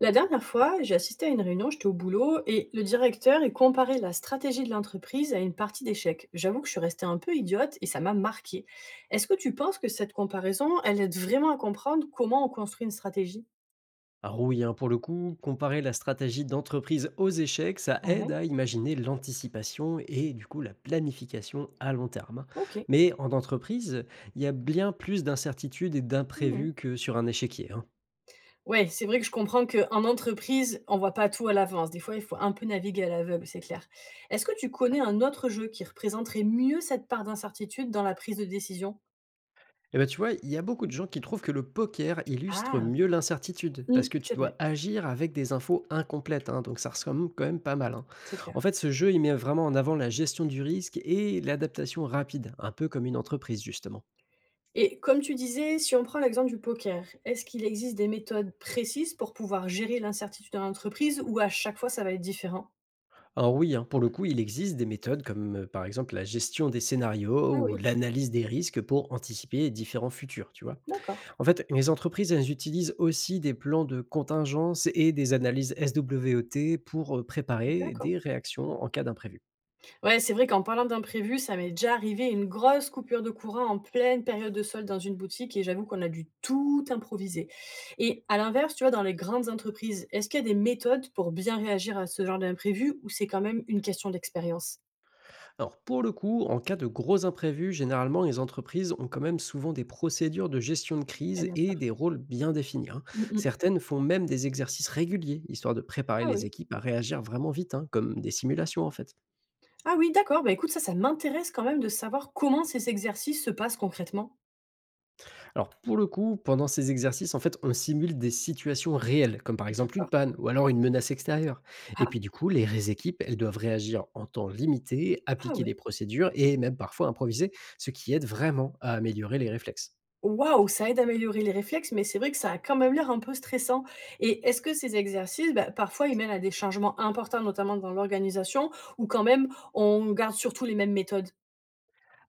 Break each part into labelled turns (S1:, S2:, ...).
S1: La dernière fois, j'ai assisté à une réunion, j'étais au boulot, et le directeur, il comparait la stratégie de l'entreprise à une partie d'échecs. J'avoue que je suis restée un peu idiote et ça m'a marquée. Est-ce que tu penses que cette comparaison, elle aide vraiment à comprendre comment on construit une stratégie?
S2: Ah oui, hein, pour le coup, comparer la stratégie d'entreprise aux échecs, ça
S1: Ouais,
S2: aide à imaginer l'anticipation et du coup la planification à long terme. Hein.
S1: ok.
S2: Mais en entreprise, il y a bien plus d'incertitudes et
S1: Mhm.
S2: d'imprévus que sur un échiquier. Hein.
S1: Ouais, c'est vrai que je comprends qu'en entreprise, on voit pas tout à l'avance. Des fois, il faut un peu naviguer à l'aveugle, c'est clair. Est-ce que tu connais un autre jeu qui représenterait mieux cette part d'incertitude dans la prise de décision?
S2: Et ben tu vois, il y a beaucoup de gens qui trouvent que le poker illustre
S1: Ah,
S2: mieux l'incertitude, parce
S1: mm,
S2: que tu
S1: c'est
S2: dois
S1: vrai,
S2: agir avec des infos incomplètes, hein, donc ça ressemble quand même pas mal. Hein.
S1: c'est clair.
S2: En fait, ce jeu, il met vraiment en avant la gestion du risque et l'adaptation rapide, un peu comme une entreprise justement.
S1: Et comme tu disais, si on prend l'exemple du poker, est-ce qu'il existe des méthodes précises pour pouvoir gérer l'incertitude dans l'entreprise ou à chaque fois ça va être différent?
S2: Alors oui, hein, pour le coup, il existe des méthodes comme par exemple la gestion des scénarios
S1: Ah
S2: ou
S1: oui,
S2: l'analyse des risques pour anticiper les différents futurs, tu vois.
S1: d'accord,
S2: En fait, les entreprises, elles utilisent aussi des plans de contingence et des analyses SWOT pour préparer
S1: d'accord.
S2: des réactions en cas d'imprévu.
S1: Ouais, c'est vrai qu'en parlant d'imprévu, ça m'est déjà arrivé une grosse coupure de courant en pleine période de solde dans une boutique et j'avoue qu'on a dû tout improviser. Et à l'inverse, tu vois, dans les grandes entreprises, est-ce qu'il y a des méthodes pour bien réagir à ce genre d'imprévu ou c'est quand même une question d'expérience?
S2: Alors pour le coup, en cas de gros imprévus, généralement, les entreprises ont quand même souvent des procédures de gestion de
S1: Eh
S2: crise
S1: bien
S2: et
S1: sûr.
S2: des rôles bien définis. Hein.
S1: Mm, mm.
S2: Certaines font même des exercices réguliers, histoire de préparer
S1: Ah
S2: les
S1: oui.
S2: équipes à réagir vraiment vite, hein, comme des simulations en fait.
S1: Ah oui, d'accord. Bah, écoute, ça m'intéresse quand même de savoir comment ces exercices se passent concrètement.
S2: Alors pour le coup, pendant ces exercices, en fait, on simule des situations réelles, comme par exemple une
S1: D'accord.
S2: panne ou alors une menace extérieure. Et
S1: Ah,
S2: puis du coup, les équipes, elles doivent réagir en temps limité,
S1: ah
S2: appliquer des
S1: ouais.
S2: procédures et même parfois improviser, ce qui aide vraiment à améliorer les réflexes.
S1: Waouh, ça aide à améliorer les réflexes, mais c'est vrai que ça a quand même l'air un peu stressant. Et est-ce que ces exercices, bah, parfois, ils mènent à des changements importants, notamment dans l'organisation, ou quand même, on garde surtout les mêmes méthodes?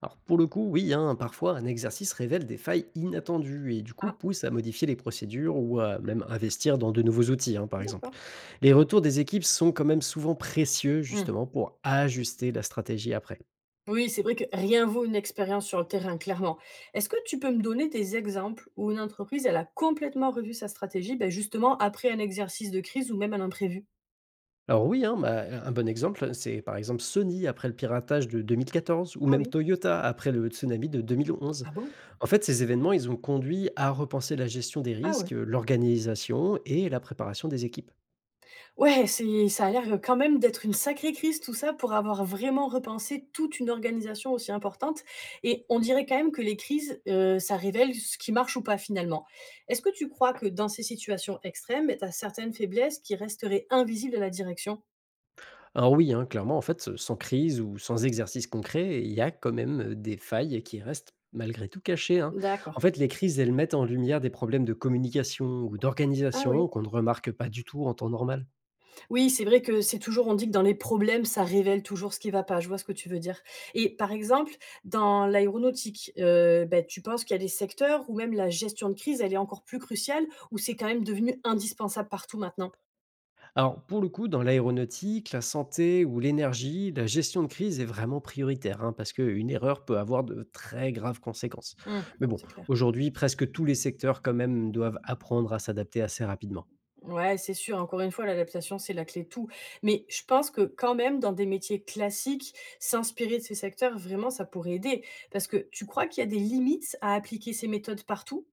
S2: Alors pour le coup, oui, hein, parfois un exercice révèle des failles inattendues et du coup
S1: Ah,
S2: pousse à modifier les procédures ou à même investir dans de nouveaux outils, hein, par exemple.
S1: d'accord.
S2: Les retours des équipes sont quand même souvent précieux
S1: Hmm.
S2: justement pour ajuster la stratégie après.
S1: Oui, c'est vrai que rien vaut une expérience sur le terrain, clairement. Est-ce que tu peux me donner des exemples où une entreprise, elle a complètement revu sa stratégie, bah, justement après un exercice de crise ou même un imprévu?
S2: Alors oui, hein, bah, un bon exemple, c'est par exemple Sony après le piratage de 2014 ou
S1: Ah
S2: même
S1: oui.
S2: Toyota après le tsunami de 2011.
S1: Ah bon?
S2: En fait, ces événements, ils ont conduit à repenser la gestion des
S1: Ah ouais.
S2: risques, l'organisation et la préparation des équipes.
S1: Ouais, c'est ça a l'air, quand même d'être une sacrée crise tout ça pour avoir vraiment repensé toute une organisation aussi importante et on dirait quand même que les crises, ça révèle ce qui marche ou pas finalement. Est-ce que tu crois que dans ces situations extrêmes, tu as certaines faiblesses qui resteraient invisibles à la direction?
S2: Alors oui, hein, clairement, en fait, sans crise ou sans exercice concret, il y a quand même des failles qui restent malgré tout cachées. Hein. En
S1: D'accord.
S2: fait, les crises, elles mettent en lumière des problèmes de communication ou
S1: Ah
S2: d'organisation
S1: oui.
S2: qu'on ne remarque pas du tout en temps normal.
S1: Oui, c'est vrai que c'est toujours on dit que dans les problèmes, ça révèle toujours ce qui va pas. Je vois ce que tu veux dire et par exemple, dans l'aéronautique, bah, tu penses qu'il y a des secteurs où même la gestion de crise, elle est encore plus cruciale, où c'est quand même devenu indispensable partout maintenant?
S2: Alors, pour le coup, dans l'aéronautique, la santé ou l'énergie, la gestion de crise est vraiment prioritaire, hein, parce qu'une erreur peut avoir de très graves conséquences.
S1: Mmh,
S2: Mais bon,
S1: c'est clair.
S2: aujourd'hui, presque tous les secteurs quand même doivent apprendre à s'adapter assez rapidement.
S1: Ouais, c'est sûr, encore une fois, l'adaptation, c'est la clé de tout. Mais je pense que quand même dans des métiers classiques, s'inspirer de ces secteurs, vraiment, ça pourrait aider. Parce que tu crois qu'il y a des limites à appliquer ces méthodes partout?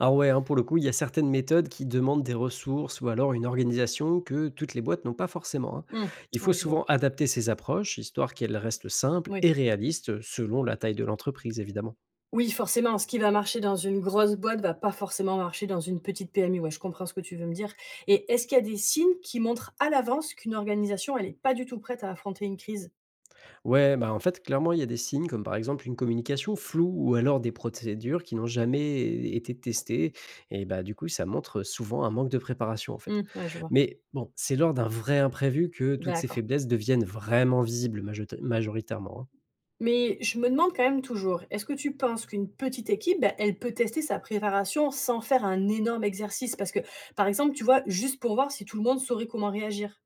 S2: Alors ouais, hein, pour le coup, il y a certaines méthodes qui demandent des ressources ou alors une organisation que toutes les boîtes n'ont pas forcément. Hein.
S1: Mmh,
S2: Il faut
S1: ouais, je vois.
S2: souvent adapter ces approches, histoire qu'elles restent simples
S1: Oui.
S2: et réalistes selon la taille de l'entreprise, évidemment.
S1: Oui, forcément, ce qui va marcher dans une grosse boîte va pas forcément marcher dans une petite PME. Ouais, je comprends ce que tu veux me dire. Et est-ce qu'il y a des signes qui montrent à l'avance qu'une organisation, elle est pas du tout prête à affronter une crise?
S2: Ouais, bah, en fait, clairement, il y a des signes comme par exemple une communication floue ou alors des procédures qui n'ont jamais été testées. Et bah, du coup, ça montre souvent un manque de préparation en fait.
S1: Mmh, ouais, je vois.
S2: Mais bon, c'est lors d'un vrai imprévu que toutes ces
S1: D'accord.
S2: faiblesses deviennent vraiment visibles majoritairement. Hein.
S1: Mais je me demande quand même toujours, est-ce que tu penses qu'une petite équipe, bah, elle peut tester sa préparation sans faire un énorme exercice? Parce que, par exemple, tu vois, juste pour voir si tout le monde saurait comment réagir.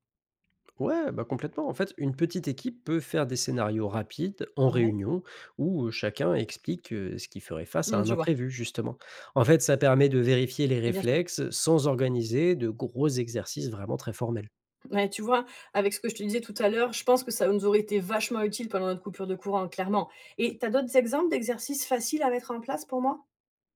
S2: Ouais, bah complètement. En fait, une petite équipe peut faire des scénarios rapides en
S1: Ouais.
S2: réunion où chacun explique ce qui ferait face à
S1: Mmh,
S2: un
S1: je vois.
S2: imprévu, justement. En fait, ça permet de vérifier les
S1: Et bien
S2: réflexes sans organiser de gros exercices vraiment très formels.
S1: ouais, tu vois, avec ce que je te disais tout à l'heure, je pense que ça nous aurait été vachement utile pendant notre coupure de courant, clairement. Et tu as d'autres exemples d'exercices faciles à mettre en place pour moi?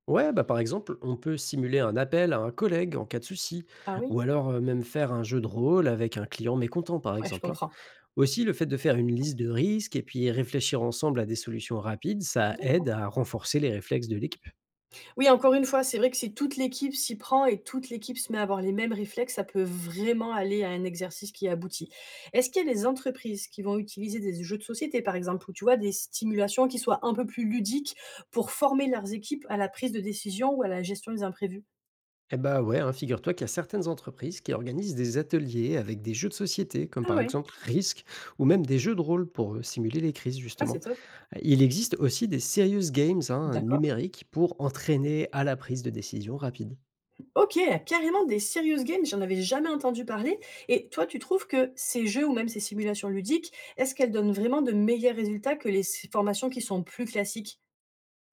S2: Ouais, bah par exemple, on peut simuler un appel à un collègue en cas de souci,
S1: Ah oui?
S2: ou alors même faire un jeu de rôle avec un client mécontent, par
S1: Ouais, je
S2: exemple. Hein.
S1: comprends.
S2: Aussi, le fait de faire une liste de risques et puis réfléchir ensemble à des solutions rapides, ça aide
S1: D'accord.
S2: à renforcer les réflexes de l'équipe.
S1: Oui, encore une fois, c'est vrai que si toute l'équipe s'y prend et toute l'équipe se met à avoir les mêmes réflexes, ça peut vraiment aller à un exercice qui aboutit. Est-ce qu'il y a des entreprises qui vont utiliser des jeux de société, par exemple, ou tu vois, des stimulations qui soient un peu plus ludiques pour former leurs équipes à la prise de décision ou à la gestion des imprévus?
S2: Eh bah ouais, hein, figure-toi qu'il y a certaines entreprises qui organisent des ateliers avec des jeux de société, comme
S1: Ah
S2: par
S1: ouais,
S2: exemple Risk, ou même des jeux de rôle pour simuler les crises,
S1: ah
S2: justement.
S1: c'est top.
S2: Il existe aussi des serious games hein,
S1: D'accord.
S2: numériques pour entraîner à la prise de décision rapide.
S1: OK, carrément des serious games, j'en avais jamais entendu parler et toi, tu trouves que ces jeux ou même ces simulations ludiques, est-ce qu'elles donnent vraiment de meilleurs résultats que les s formations qui sont plus classiques?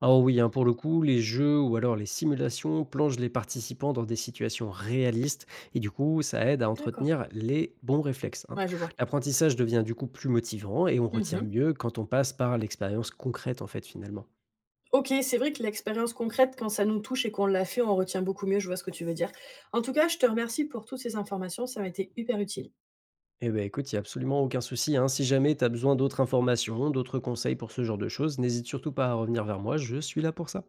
S2: Ah oui, hein, pour le coup, les jeux ou alors les simulations plongent les participants dans des situations réalistes et du coup, ça aide à
S1: D'accord,
S2: entretenir les bons réflexes. Hein.
S1: ouais, je vois.
S2: L'apprentissage devient du coup plus motivant et on retient
S1: Mmh.
S2: mieux quand on passe par l'expérience concrète en fait finalement.
S1: OK, c'est vrai que l'expérience concrète, quand ça nous touche et qu'on l'a fait, on retient beaucoup mieux, je vois ce que tu veux dire. En tout cas, je te remercie pour toutes ces informations, ça m'a été hyper utile.
S2: Eh ben écoute, il n'y a absolument aucun souci. Hein. Si jamais tu as besoin d'autres informations, d'autres conseils pour ce genre de choses, n'hésite surtout pas à revenir vers moi, je suis là pour ça.